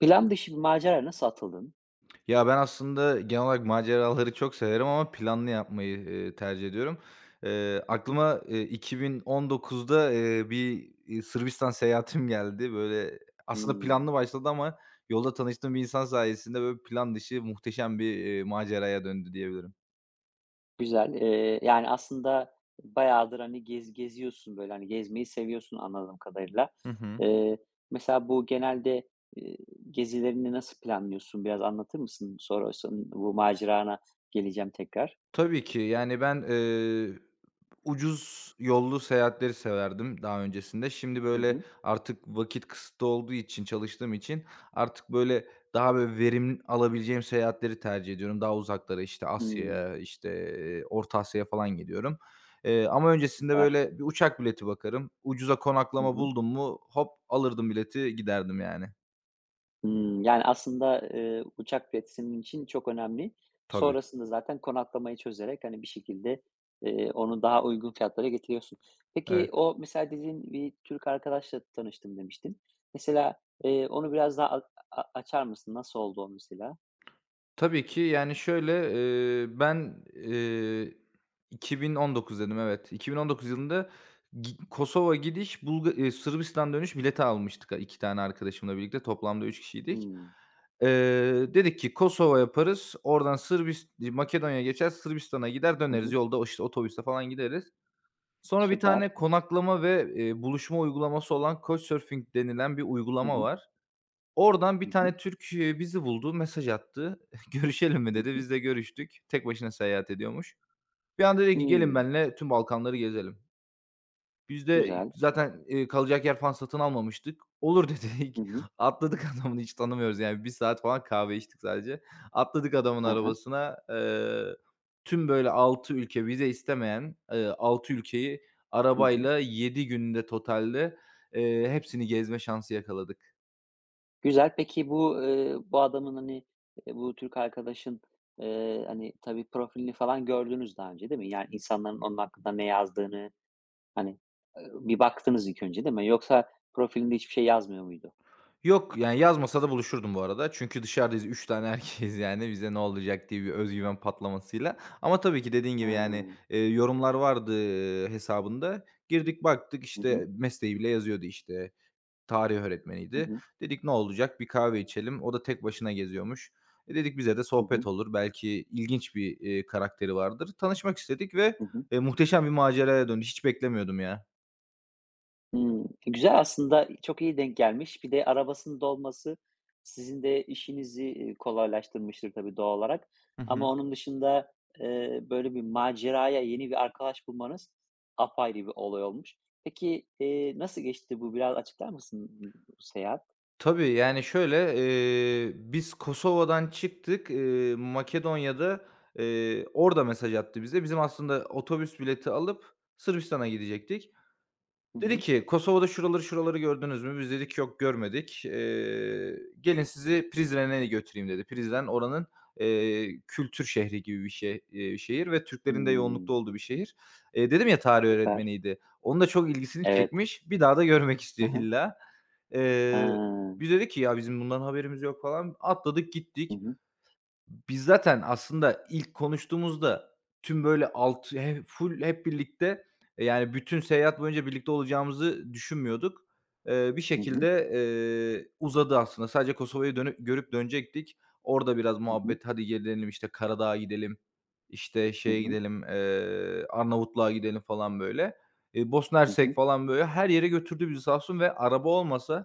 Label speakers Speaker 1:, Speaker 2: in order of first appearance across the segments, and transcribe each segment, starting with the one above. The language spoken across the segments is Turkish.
Speaker 1: Plan dışı bir maceraya nasıl atıldın?
Speaker 2: Ya, ben aslında genel olarak maceraları çok severim ama planlı yapmayı, tercih ediyorum. Eee,
Speaker 1: Hı hı.
Speaker 2: aklıma, 2019'da, bir, Sırbistan seyahatim geldi. Böyle, aslında
Speaker 1: Hımm,
Speaker 2: planlı başladı ama yolda tanıştığım bir insan sayesinde, böyle, plan dışı muhteşem bir, maceraya döndü diyebilirim.
Speaker 1: Güzel. Yani, aslında bayağıdır, hani, geziyorsun, böyle, hani, gezmeyi seviyorsun anladığım kadarıyla.
Speaker 2: Hı hı.
Speaker 1: Eee, Mesela bu genelde, eee, gezilerini nasıl planlıyorsun? Biraz anlatır mısın? Sonra bu macerana geleceğim tekrar.
Speaker 2: Tabii ki. Yani, ucuz yollu seyahatleri severdim daha öncesinde. Şimdi,
Speaker 1: Hı
Speaker 2: böyle,
Speaker 1: hı.
Speaker 2: artık vakit kısıtlı olduğu için, çalıştığım için artık, böyle, daha, böyle, verim alabileceğim seyahatleri tercih ediyorum. Daha uzaklara, işte,
Speaker 1: Hımm,
Speaker 2: Asya'ya, işte, Orta Asya'ya falan gidiyorum. Ama öncesinde,
Speaker 1: Süper.
Speaker 2: böyle, bir uçak bileti bakarım. Ucuza
Speaker 1: Hı
Speaker 2: konaklama
Speaker 1: hı.
Speaker 2: buldum mu hop alırdım bileti giderdim yani.
Speaker 1: Yani, aslında, uçak bileti senin için çok önemli.
Speaker 2: Tabii.
Speaker 1: Sonrasında zaten konaklamayı çözerek, hani, bir şekilde, onu daha uygun fiyatlara getiriyorsun. Peki,
Speaker 2: Evet.
Speaker 1: o mesela dediğin bir Türk arkadaşla tanıştım demiştin. Mesela, onu biraz daha a a açar mısın? Nasıl oldu o mesela?
Speaker 2: Tabii ki. Yani, şöyle, ben, 2019 dedim, evet. 2019 yılında Kosova gidiş, Bulga Sırbistan dönüş bileti almıştık 2 tane arkadaşımla birlikte. Toplamda 3 kişiydik.
Speaker 1: Hımm.
Speaker 2: Dedik ki Kosova yaparız. Oradan Makedonya'ya geçer, Sırbistan'a gider
Speaker 1: Hı
Speaker 2: döneriz.
Speaker 1: hı.
Speaker 2: Yolda o, işte, otobüste falan gideriz. Sonra bir
Speaker 1: Süper.
Speaker 2: tane konaklama ve, buluşma uygulaması olan Couchsurfing denilen bir
Speaker 1: Hı
Speaker 2: uygulama
Speaker 1: hı.
Speaker 2: var. Oradan
Speaker 1: Hı
Speaker 2: bir
Speaker 1: hı.
Speaker 2: tane Türk, bizi buldu, mesaj attı. "Görüşelim mi?"
Speaker 1: Hı
Speaker 2: dedi.
Speaker 1: hı.
Speaker 2: Biz de görüştük. Tek başına seyahat ediyormuş. Bir anda dedi ki, "Gelin
Speaker 1: Hımm.
Speaker 2: benimle tüm Balkanları gezelim." Biz de
Speaker 1: Güzel.
Speaker 2: zaten, kalacak yer falan satın almamıştık. "Olur."
Speaker 1: Hı
Speaker 2: dedik.
Speaker 1: hı.
Speaker 2: Atladık adamın hiç tanımıyoruz yani. Bir saat falan kahve içtik sadece. Atladık adamın
Speaker 1: Hı hı.
Speaker 2: arabasına. Tüm böyle 6 ülke vize istemeyen, 6 ülkeyi
Speaker 1: Hı hı.
Speaker 2: arabayla 7 günde totalde, hepsini gezme şansı yakaladık.
Speaker 1: Güzel. Peki bu adamın, hani, bu Türk arkadaşın, hani, tabii profilini falan gördünüz daha önce, değil mi? Yani insanların onun hakkında ne yazdığını, hani, bir baktınız ilk önce, değil mi? Yoksa profilinde hiçbir şey yazmıyor muydu?
Speaker 2: Yok, yani yazmasa da buluşurdum bu arada. Çünkü dışarıdayız 3 tane erkeğiz yani bize ne olacak diye bir öz patlamasıyla. Ama tabii ki dediğin gibi yani,
Speaker 1: Hıı.
Speaker 2: yorumlar vardı, hesabında. Girdik baktık,
Speaker 1: Hı hı.
Speaker 2: işte, mesleği bile yazıyordu, işte, tarih
Speaker 1: Hı
Speaker 2: öğretmeniydi.
Speaker 1: hı.
Speaker 2: Dedik ne olacak bir kahve içelim. O da tek başına geziyormuş. E, dedik bize de
Speaker 1: Hı hı.
Speaker 2: sohbet olur. Belki ilginç bir, karakteri vardır. Tanışmak istedik ve,
Speaker 1: Hı hı.
Speaker 2: muhteşem bir maceraya döndü. Hiç beklemiyordum ya.
Speaker 1: Hımm. Güzel aslında, çok iyi denk gelmiş. Bir de arabasının da olması sizin de işinizi, kolaylaştırmıştır tabii doğal olarak. Ama onun dışında, böyle bir maceraya yeni bir arkadaş bulmanız apayrı bir olay olmuş. Peki, nasıl geçti bu? Biraz açıklar mısın bu seyahat?
Speaker 2: Tabii, yani, şöyle, biz Kosova'dan çıktık, Makedonya'da, orada mesaj attı bize. Bizim aslında otobüs bileti alıp Sırbistan'a gidecektik.
Speaker 1: Hı
Speaker 2: Dedi
Speaker 1: hı.
Speaker 2: ki, "Kosova'da şuraları, şuraları gördünüz mü?" Biz dedik, "Yok, görmedik. Gelin sizi Prizren'e götüreyim." dedi. Prizren oranın, kültür şehri gibi bir şey, şehir ve Türklerin de
Speaker 1: Hımm.
Speaker 2: yoğunlukta olduğu bir şehir. Dedim ya tarih
Speaker 1: Süper.
Speaker 2: öğretmeniydi. Onun da çok ilgisini
Speaker 1: Evet.
Speaker 2: çekmiş. Bir daha da görmek
Speaker 1: Hı
Speaker 2: istiyor
Speaker 1: hı.
Speaker 2: illa. Eee,
Speaker 1: Ha.
Speaker 2: biz dedik ki, "Ya, bizim bundan haberimiz yok." falan. Atladık
Speaker 1: Hı
Speaker 2: gittik.
Speaker 1: hı.
Speaker 2: Biz zaten aslında ilk konuştuğumuzda tüm böyle alt he full hep birlikte, yani bütün seyahat boyunca birlikte olacağımızı düşünmüyorduk. Bir
Speaker 1: Hı hı.
Speaker 2: şekilde, uzadı aslında. Sadece Kosova'yı dönüp görüp dönecektik. Orada biraz
Speaker 1: Hı hı.
Speaker 2: muhabbet, "Hadi gelelim, işte, Karadağ'a gidelim, işte,
Speaker 1: Hı
Speaker 2: şeye
Speaker 1: hı.
Speaker 2: gidelim, Arnavutluğa gidelim." falan böyle. Bosna
Speaker 1: Hı
Speaker 2: Hersek
Speaker 1: hı.
Speaker 2: falan böyle her yere götürdü bizi sağ olsun ve araba olmasa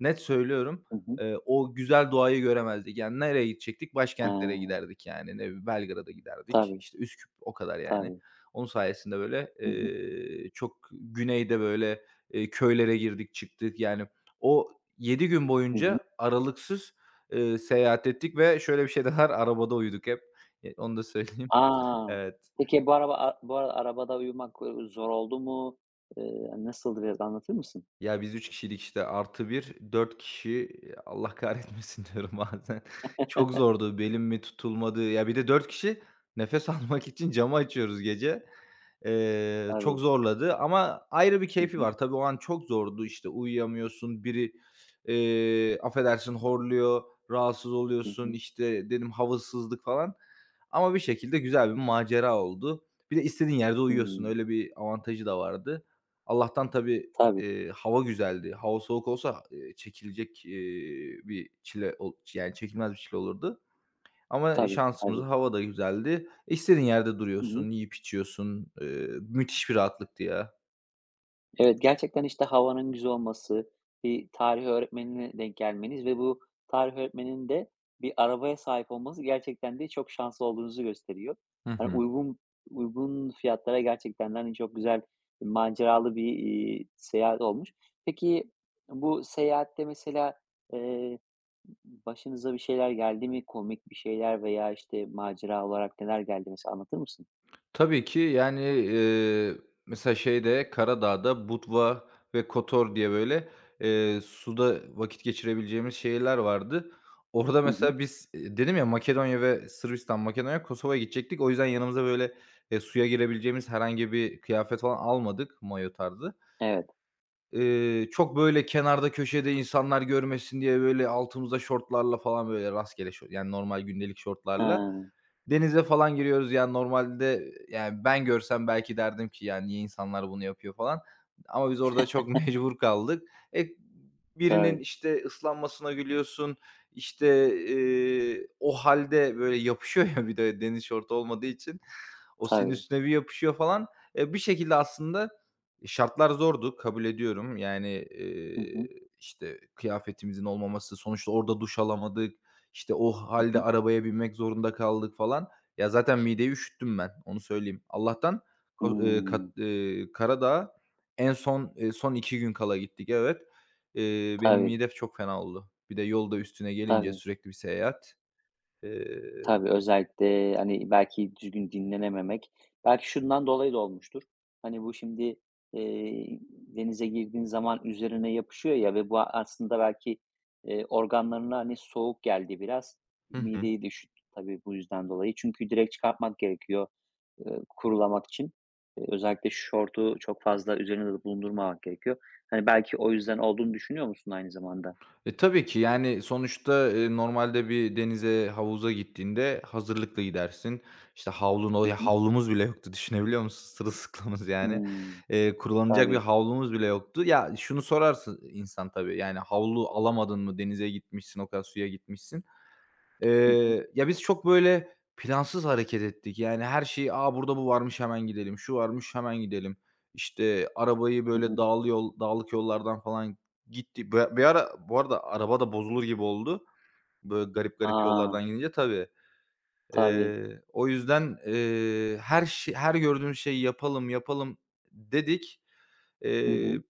Speaker 2: net söylüyorum,
Speaker 1: Hı hı.
Speaker 2: O güzel doğayı göremezdik. Yani, nereye gidecektik? Başkentlere
Speaker 1: He.
Speaker 2: giderdik yani. Ne bileyim, Belgrad'a giderdik.
Speaker 1: Tabii,
Speaker 2: İşte, Üsküp o kadar yani.
Speaker 1: tabii.
Speaker 2: Onun sayesinde, böyle,
Speaker 1: Hı hı.
Speaker 2: çok güneyde, böyle, köylere girdik çıktık. Yani, o 7 gün
Speaker 1: Hı hı.
Speaker 2: boyunca aralıksız, seyahat ettik ve şöyle bir şey de var, arabada uyuduk hep. Onu da söyleyeyim.
Speaker 1: A!
Speaker 2: Evet.
Speaker 1: Peki bu arada arabada uyumak, zor oldu mu? Nasıldı biraz anlatır mısın?
Speaker 2: Ya, biz 3 kişilik işte artı bir 4 kişi, Allah kahretmesin diyorum bazen. Çok zordu, belim mi tutulmadı. Ya, bir de 4 kişi nefes almak için camı açıyoruz gece. Çok
Speaker 1: Tabii.
Speaker 2: zorladı ama ayrı bir
Speaker 1: Hı
Speaker 2: keyfi
Speaker 1: hı.
Speaker 2: var. Tabii o an çok zordu. İşte uyuyamıyorsun, biri, affedersin horluyor, rahatsız
Speaker 1: Hı
Speaker 2: oluyorsun,
Speaker 1: hı.
Speaker 2: işte, dedim havasızlık falan ama bir şekilde güzel bir macera oldu. Bir de istediğin yerde uyuyorsun,
Speaker 1: Hımm.
Speaker 2: öyle bir avantajı da vardı. Allah'tan tabii.
Speaker 1: Tabii,
Speaker 2: Hava güzeldi. Hava soğuk olsa, çekilecek, bir çile ol yani çekilmez bir çile olurdu ama
Speaker 1: tabii, tabii.
Speaker 2: şansımıza hava da güzeldi. İstediğin yerde
Speaker 1: Hı hı.
Speaker 2: duruyorsun, yiyip içiyorsun. Müthiş bir rahatlıktı ya.
Speaker 1: Evet, gerçekten, işte, havanın güzel olması, bir tarih öğretmenine denk gelmeniz ve bu tarih öğretmeninin de bir arabaya sahip olması gerçekten de çok şanslı olduğunuzu gösteriyor.
Speaker 2: Hı
Speaker 1: Hani,
Speaker 2: hı.
Speaker 1: uygun uygun fiyatlara gerçekten de, hani, çok güzel maceralı bir seyahat olmuş. Peki, bu seyahatte mesela, eee, başınıza bir şeyler geldi mi? Komik bir şeyler veya, işte, macera olarak neler geldi mesela anlatır mısın?
Speaker 2: Tabii ki, yani, mesela şeyde, Karadağ'da Budva ve Kotor diye böyle, suda vakit geçirebileceğimiz şehirler vardı. Orada
Speaker 1: Hı hı.
Speaker 2: mesela biz, dedim ya Makedonya ve Sırbistan, Makedonya, Kosova'ya gidecektik. O yüzden yanımıza böyle, suya girebileceğimiz herhangi bir kıyafet falan almadık, mayo tarzı.
Speaker 1: Evet. Evet.
Speaker 2: Çok böyle kenarda köşede insanlar görmesin diye böyle altımızda şortlarla falan böyle rastgele yani normal gündelik şortlarla,
Speaker 1: Hıı.
Speaker 2: denize falan giriyoruz, yani, normalde, yani, ben görsem belki derdim ki, "Yani niye insanlar bunu yapıyor?" falan ama biz orada çok mecbur kaldık. E, birinin,
Speaker 1: Tabii,
Speaker 2: işte, ıslanmasına gülüyorsun, işte, o halde böyle, yapışıyor ya bir de deniz şortu olmadığı için. O senin
Speaker 1: tabii.
Speaker 2: üstüne bir yapışıyor falan. E, bir şekilde aslında şartlar zordu, kabul ediyorum. Yani,
Speaker 1: Hı hı.
Speaker 2: işte, kıyafetimizin olmaması, sonuçta orada duş alamadık. İşte o
Speaker 1: Hı
Speaker 2: halde
Speaker 1: hı.
Speaker 2: arabaya binmek zorunda kaldık falan. Ya, zaten mideyi üşüttüm ben, onu söyleyeyim. Allah'tan ko kat
Speaker 1: Hımm.
Speaker 2: Karadağ'a en son, son 2 gün kala gittik, evet. Benim
Speaker 1: Tabii,
Speaker 2: midem çok fena oldu. Bir de yolda üstüne gelince
Speaker 1: tabii,
Speaker 2: sürekli bir seyahat. Eee
Speaker 1: tabii. Özellikle, hani, belki düzgün dinlenememek, belki şundan dolayı da olmuştur. Hani, bu şimdi, denize girdiğin zaman üzerine yapışıyor ya ve bu aslında belki, organlarına, hani, soğuk geldi biraz.
Speaker 2: Hı hı.
Speaker 1: Mideyi de üşüttü tabii bu yüzden dolayı. Çünkü direkt çıkartmak gerekiyor, kurulamak için. Özellikle şortu çok fazla üzerinde de bulundurmamak gerekiyor. Hani, belki o yüzden olduğunu düşünüyor musun aynı zamanda?
Speaker 2: E, tabii ki, yani, sonuçta, normalde bir denize, havuza gittiğinde hazırlıklı gidersin. İşte, havlun o
Speaker 1: Hı
Speaker 2: ya,
Speaker 1: hı.
Speaker 2: havlumuz bile yoktu, düşünebiliyor musun? Sırılsıklamız, yani.
Speaker 1: Hımm.
Speaker 2: Kullanılacak bir
Speaker 1: Tabii.
Speaker 2: havlumuz bile yoktu. Ya, şunu sorarsın insan tabii, yani, havlu alamadın mı, denize gitmişsin, o kadar suya gitmişsin.
Speaker 1: Hı hı.
Speaker 2: Ya, biz çok böyle plansız hareket ettik. Yani her şeyi, "Aa burada bu varmış, hemen gidelim. Şu varmış, hemen gidelim." İşte, arabayı
Speaker 1: Hı
Speaker 2: böyle
Speaker 1: hı.
Speaker 2: dağlık yollardan falan gitti. Bir ara bu arada araba da bozulur gibi oldu. Böyle garip garip
Speaker 1: A!
Speaker 2: yollardan gidince tabii.
Speaker 1: Tabii.
Speaker 2: O yüzden, her gördüğümüz şeyi yapalım, yapalım dedik.
Speaker 1: Hı
Speaker 2: Eee
Speaker 1: hı.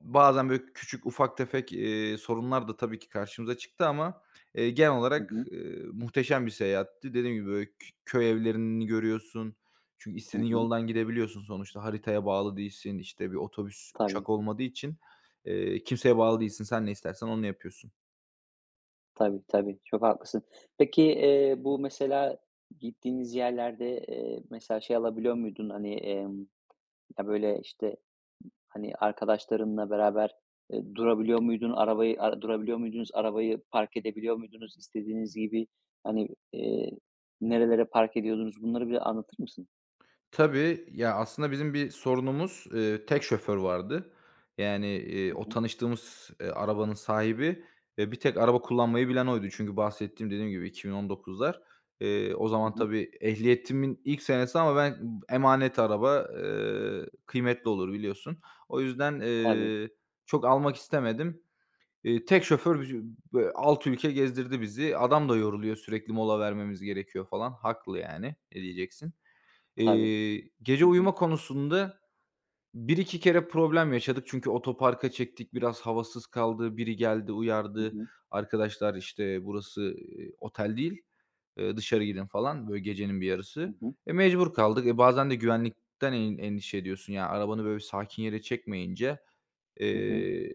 Speaker 2: Bazen böyle küçük, ufak tefek, sorunlar da tabii ki karşımıza çıktı ama, genel
Speaker 1: Hı
Speaker 2: olarak,
Speaker 1: hı.
Speaker 2: muhteşem bir seyahatti. Dediğim gibi, böyle, köy evlerini görüyorsun. Çünkü
Speaker 1: Hı
Speaker 2: istediğin
Speaker 1: hı.
Speaker 2: yoldan gidebiliyorsun sonuçta. Haritaya bağlı değilsin. İşte, bir otobüs,
Speaker 1: Tabii,
Speaker 2: uçak olmadığı için, kimseye bağlı değilsin. Sen ne istersen onu yapıyorsun.
Speaker 1: tabii, tabii. Çok haklısın. Peki, bu mesela gittiğiniz yerlerde, mesela şey alabiliyor muydun, hani, ya, böyle, işte, hani, arkadaşlarınla beraber, durabiliyor muydun? Arabayı durabiliyor muydunuz? Arabayı park edebiliyor muydunuz istediğiniz gibi? Hani, nerelere park ediyordunuz? Bunları bir anlatır mısın?
Speaker 2: Tabii, ya, aslında bizim bir sorunumuz, tek şoför vardı. Yani,
Speaker 1: Hı
Speaker 2: o
Speaker 1: hı.
Speaker 2: tanıştığımız, arabanın sahibi, bir tek araba kullanmayı bilen oydu. Çünkü bahsettiğim, dediğim gibi 2019'lar. O
Speaker 1: Hı
Speaker 2: zaman
Speaker 1: hı.
Speaker 2: tabii ehliyetimin ilk senesi ama ben emanet araba, kıymetli olur biliyorsun. O yüzden,
Speaker 1: Tabii,
Speaker 2: çok almak istemedim. Tek şoför bizi böyle 6 ülke gezdirdi bizi. Adam da yoruluyor, sürekli mola vermemiz gerekiyor falan. Haklı yani, ne diyeceksin?
Speaker 1: tabii.
Speaker 2: Gece uyuma konusunda bir iki kere problem yaşadık. Çünkü otoparka çektik, biraz havasız kaldı. Biri geldi,
Speaker 1: Hı
Speaker 2: uyardı.
Speaker 1: hı.
Speaker 2: "Arkadaşlar, işte, burası, otel değil, dışarı gidin." falan, böyle gecenin bir
Speaker 1: Hı
Speaker 2: yarısı.
Speaker 1: hı.
Speaker 2: E, mecbur kaldık. E, bazen de güvenlikten endişe ediyorsun. Ya, arabanı böyle bir sakin yere çekmeyince
Speaker 1: Hı hı.
Speaker 2: Eee,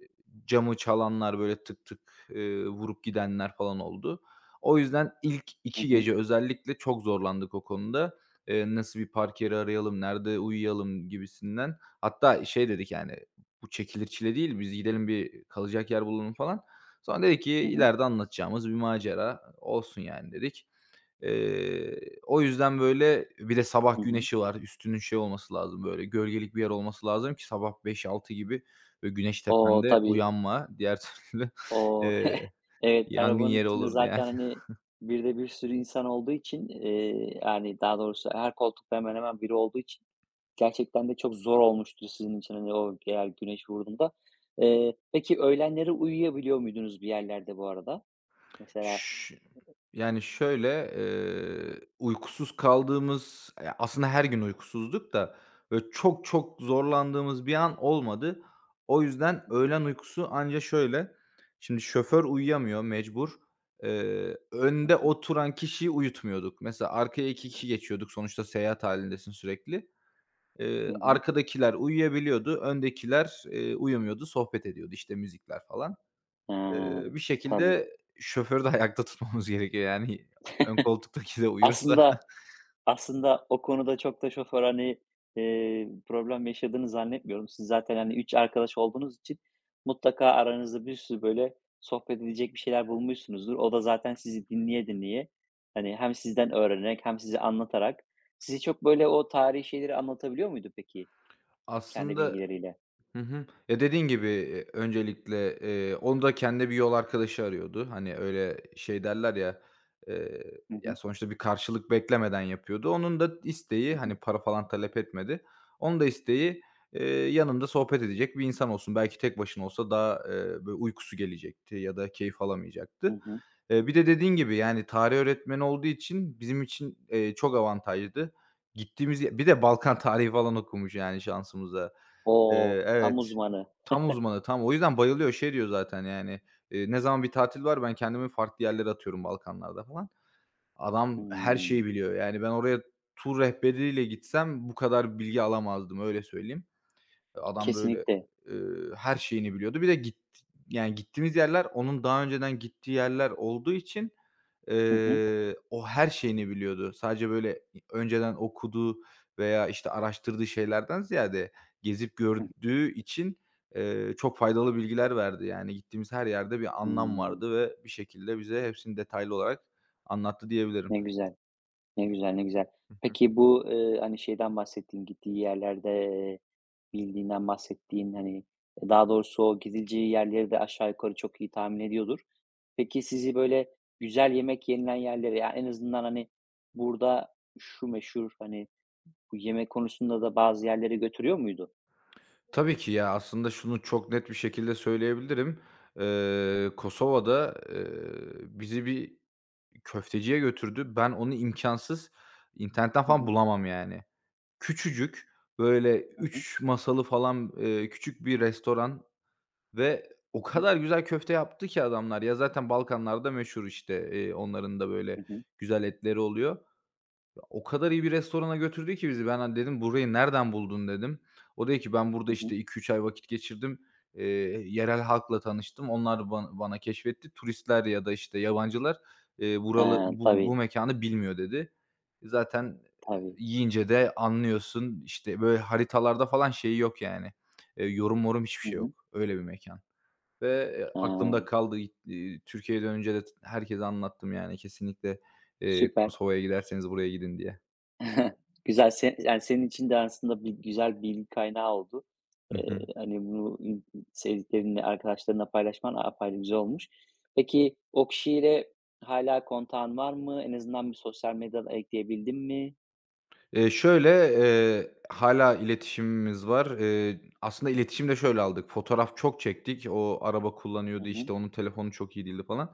Speaker 2: camı çalanlar, böyle tık tık, vurup gidenler falan oldu. O yüzden ilk
Speaker 1: Hı
Speaker 2: iki
Speaker 1: hı.
Speaker 2: gece özellikle çok zorlandık o konuda. Nasıl bir park yeri arayalım, nerede uyuyalım gibisinden. Hatta şey dedik, yani, bu çekilir çile değil, biz gidelim bir kalacak yer bulalım falan. Sonra dedik ki
Speaker 1: Hı hı.
Speaker 2: ileride anlatacağımız bir macera olsun, yani, dedik. Eee, o yüzden, böyle, bir de
Speaker 1: Hı
Speaker 2: sabah
Speaker 1: hı. Hı hı.
Speaker 2: güneşi var. Üstünün şey olması lazım, böyle, gölgelik bir yer olması lazım ki sabah beş altı gibi, böyle, güneş
Speaker 1: O,
Speaker 2: tepende
Speaker 1: tabii.
Speaker 2: uyanma. Diğer türlü,
Speaker 1: O
Speaker 2: eee,
Speaker 1: Evet,
Speaker 2: yangın
Speaker 1: arabanın
Speaker 2: yeri
Speaker 1: içinde
Speaker 2: olurdu yani.
Speaker 1: zaten, hani, bir de bir sürü insan olduğu için, yani, daha doğrusu her koltukta hemen hemen biri olduğu için gerçekten de çok zor olmuştur sizin için, hani, o eğer güneş vurduğunda. Peki öğlenleri uyuyabiliyor muydunuz bir yerlerde bu arada? Mesela
Speaker 2: Ş yani, şöyle, uykusuz kaldığımız, ya, aslında her gün uykusuzduk da, böyle, çok çok zorlandığımız bir an olmadı. O yüzden
Speaker 1: Hı hı.
Speaker 2: öğlen uykusu anca şöyle, şimdi şoför uyuyamıyor mecbur. Eee,
Speaker 1: Hı
Speaker 2: önde
Speaker 1: hı.
Speaker 2: oturan kişiyi uyutmuyorduk. Mesela arkaya 2 kişi geçiyorduk. Sonuçta seyahat halindesin sürekli. Eee,
Speaker 1: Hı hı.
Speaker 2: arkadakiler uyuyabiliyordu. Öndekiler, uyumuyordu. Sohbet ediyordu, işte, müzikler falan.
Speaker 1: He,
Speaker 2: Bir
Speaker 1: tabii.
Speaker 2: şekilde şoförü de ayakta tutmamız gerekiyor. Yani ön koltuktaki de uyursa
Speaker 1: Aslında Aslında o konuda çok da şoför, hani, problem yaşadığını zannetmiyorum. Siz zaten, hani, 3 arkadaş olduğunuz için mutlaka aranızda bir sürü böyle sohbet edecek bir şeyler bulmuşsunuzdur. O da zaten sizi dinleye dinleye, hani, hem sizden öğrenerek hem size anlatarak sizi çok böyle o tarihi şeyleri anlatabiliyor muydu peki kendi
Speaker 2: aslında...
Speaker 1: bilgileriyle?
Speaker 2: Hı hı. Ya, dediğin gibi, öncelikle, onun da kendine bir yol arkadaşı arıyordu. Hani, öyle şey derler ya,
Speaker 1: Hı
Speaker 2: ya,
Speaker 1: hı.
Speaker 2: sonuçta bir karşılık beklemeden yapıyordu. Onun da
Speaker 1: Hı
Speaker 2: isteği,
Speaker 1: hı.
Speaker 2: hani, para falan talep etmedi. Onun da isteği, eee, yanında sohbet edecek bir insan olsun. Belki tek başına olsa daha, böyle uykusu gelecekti ya da keyif
Speaker 1: Hı
Speaker 2: alamayacaktı.
Speaker 1: hı.
Speaker 2: Bir de dediğin gibi, yani, tarih öğretmeni olduğu için bizim için, çok avantajlıydı. Gittiğimiz bir de Balkan tarihi falan okumuş, yani, şansımıza.
Speaker 1: O!
Speaker 2: Eee,
Speaker 1: Tam
Speaker 2: evet.
Speaker 1: uzmanı.
Speaker 2: Tam uzmanı, tam. O yüzden bayılıyor. Şey diyor zaten, yani, "Ne zaman bir tatil var ben kendimi farklı yerlere atıyorum Balkanlarda." falan. Adam her
Speaker 1: Hımm.
Speaker 2: şeyi biliyor. Yani, ben oraya tur rehberiyle gitsem bu kadar bilgi alamazdım, öyle söyleyeyim. Adam böyle,
Speaker 1: Kesinlikle.
Speaker 2: her şeyini biliyordu. Bir de yani, gittiğimiz yerler onun daha önceden gittiği yerler olduğu için,
Speaker 1: Hı hı.
Speaker 2: O her şeyini biliyordu. Sadece, böyle, önceden okuduğu veya, işte, araştırdığı şeylerden ziyade gezip
Speaker 1: Hı hı.
Speaker 2: gördüğü için, çok faydalı bilgiler verdi. Yani gittiğimiz her yerde bir anlam
Speaker 1: Hımm.
Speaker 2: vardı ve bir şekilde bize hepsini detaylı olarak anlattı diyebilirim.
Speaker 1: Ne güzel. Ne güzel, ne güzel. Peki bu, hani, şeyden bahsettiğin gittiği yerlerde, bildiğinden bahsettiğin, hani, daha doğrusu o gidileceği yerleri de aşağı yukarı çok iyi tahmin ediyordur. Peki sizi böyle güzel yemek yenilen yerlere, ya, en azından, hani, burada şu meşhur, hani, bu yemek konusunda da bazı yerlere götürüyor muydu?
Speaker 2: Tabii ki ya, aslında şunu çok net bir şekilde söyleyebilirim. Kosova'da, bizi bir köfteciye götürdü. Ben onu imkansız internetten
Speaker 1: Hı
Speaker 2: falan
Speaker 1: hı.
Speaker 2: bulamam yani. Küçücük, böyle
Speaker 1: Hı hı.
Speaker 2: üç masalı falan, küçük bir restoran ve
Speaker 1: Hı
Speaker 2: o
Speaker 1: hı.
Speaker 2: kadar güzel köfte yaptı ki adamlar. Ya, zaten Balkanlar'da meşhur, işte, onların da böyle
Speaker 1: Hı hı.
Speaker 2: güzel etleri oluyor. O kadar iyi bir restorana götürdü ki bizi. Ben, hani, dedim, "Burayı nereden buldun?" dedim. O dedi ki, "Ben
Speaker 1: Hı
Speaker 2: burada,
Speaker 1: hı.
Speaker 2: işte, iki üç ay vakit geçirdim. Eee, yerel halkla tanıştım. Onlar bana keşfetti. Turistler ya da, işte, yabancılar, buralı bu
Speaker 1: Tabii,
Speaker 2: mekânı bilmiyor." dedi. Zaten,
Speaker 1: tabii.
Speaker 2: yiyince de anlıyorsun. İşte, böyle, haritalarda falan şeyi yok, yani, yorum morum hiçbir
Speaker 1: Hı
Speaker 2: şey
Speaker 1: hı.
Speaker 2: yok. Öyle bir mekan. Ve, aklımda
Speaker 1: He,
Speaker 2: kaldı. Türkiye'ye dönünce de herkese anlattım, yani, kesinlikle,
Speaker 1: süper.
Speaker 2: Kosova'ya giderseniz buraya gidin diye.
Speaker 1: Güzel, yani, senin için de aslında bir güzel bilgi kaynağı oldu.
Speaker 2: Hı hı.
Speaker 1: Hani, bunu sevdiklerinle, arkadaşlarına paylaşman apayrı güzel olmuş. Peki, o kişiyle hala kontağın var mı? En azından bir sosyal medyadan ekleyebildin mi?
Speaker 2: Şöyle, hâlâ iletişimimiz var. Aslında iletişimi de şöyle aldık, fotoğraf çok çektik. O araba
Speaker 1: Hı
Speaker 2: kullanıyordu,
Speaker 1: hı.
Speaker 2: işte, onun telefonu çok iyi değildi falan.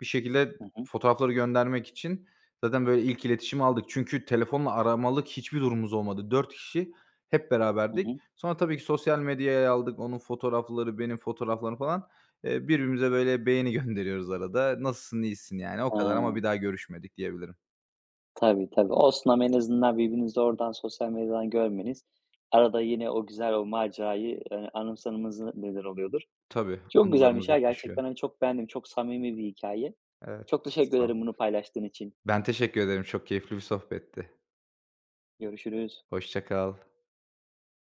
Speaker 2: Bir şekilde
Speaker 1: Hı hı.
Speaker 2: fotoğrafları göndermek için zaten, böyle, ilk iletişimi aldık. Çünkü telefonla aramalık hiçbir durumumuz olmadı. 4 kişi hep
Speaker 1: Hı
Speaker 2: beraberdik.
Speaker 1: hı.
Speaker 2: Sonra tabii ki sosyal medyaya aldık. Onun fotoğrafları, benim fotoğraflarım falan. Birbirimize, böyle, beğeni gönderiyoruz arada. "Nasılsın, iyisin?" yani. O
Speaker 1: Ha,
Speaker 2: kadar ama bir daha görüşmedik diyebilirim.
Speaker 1: tabii, tabii. Olsun ama en azından birbirinizi oradan, sosyal medyadan görmeniz, arada yine o güzel, o macerayı, anımsamanıza neden oluyordur.
Speaker 2: Tabii,
Speaker 1: Çok güzelmiş
Speaker 2: anılarımız
Speaker 1: ya
Speaker 2: hep yaşıyor.
Speaker 1: gerçekten, hani, çok beğendim. Çok samimi bir hikaye.
Speaker 2: Evet,
Speaker 1: Çok teşekkür
Speaker 2: sağ ol.
Speaker 1: ederim bunu paylaştığın için.
Speaker 2: Ben teşekkür ederim. Çok keyifli bir sohbetti.
Speaker 1: Görüşürüz.
Speaker 2: Hoşça kal.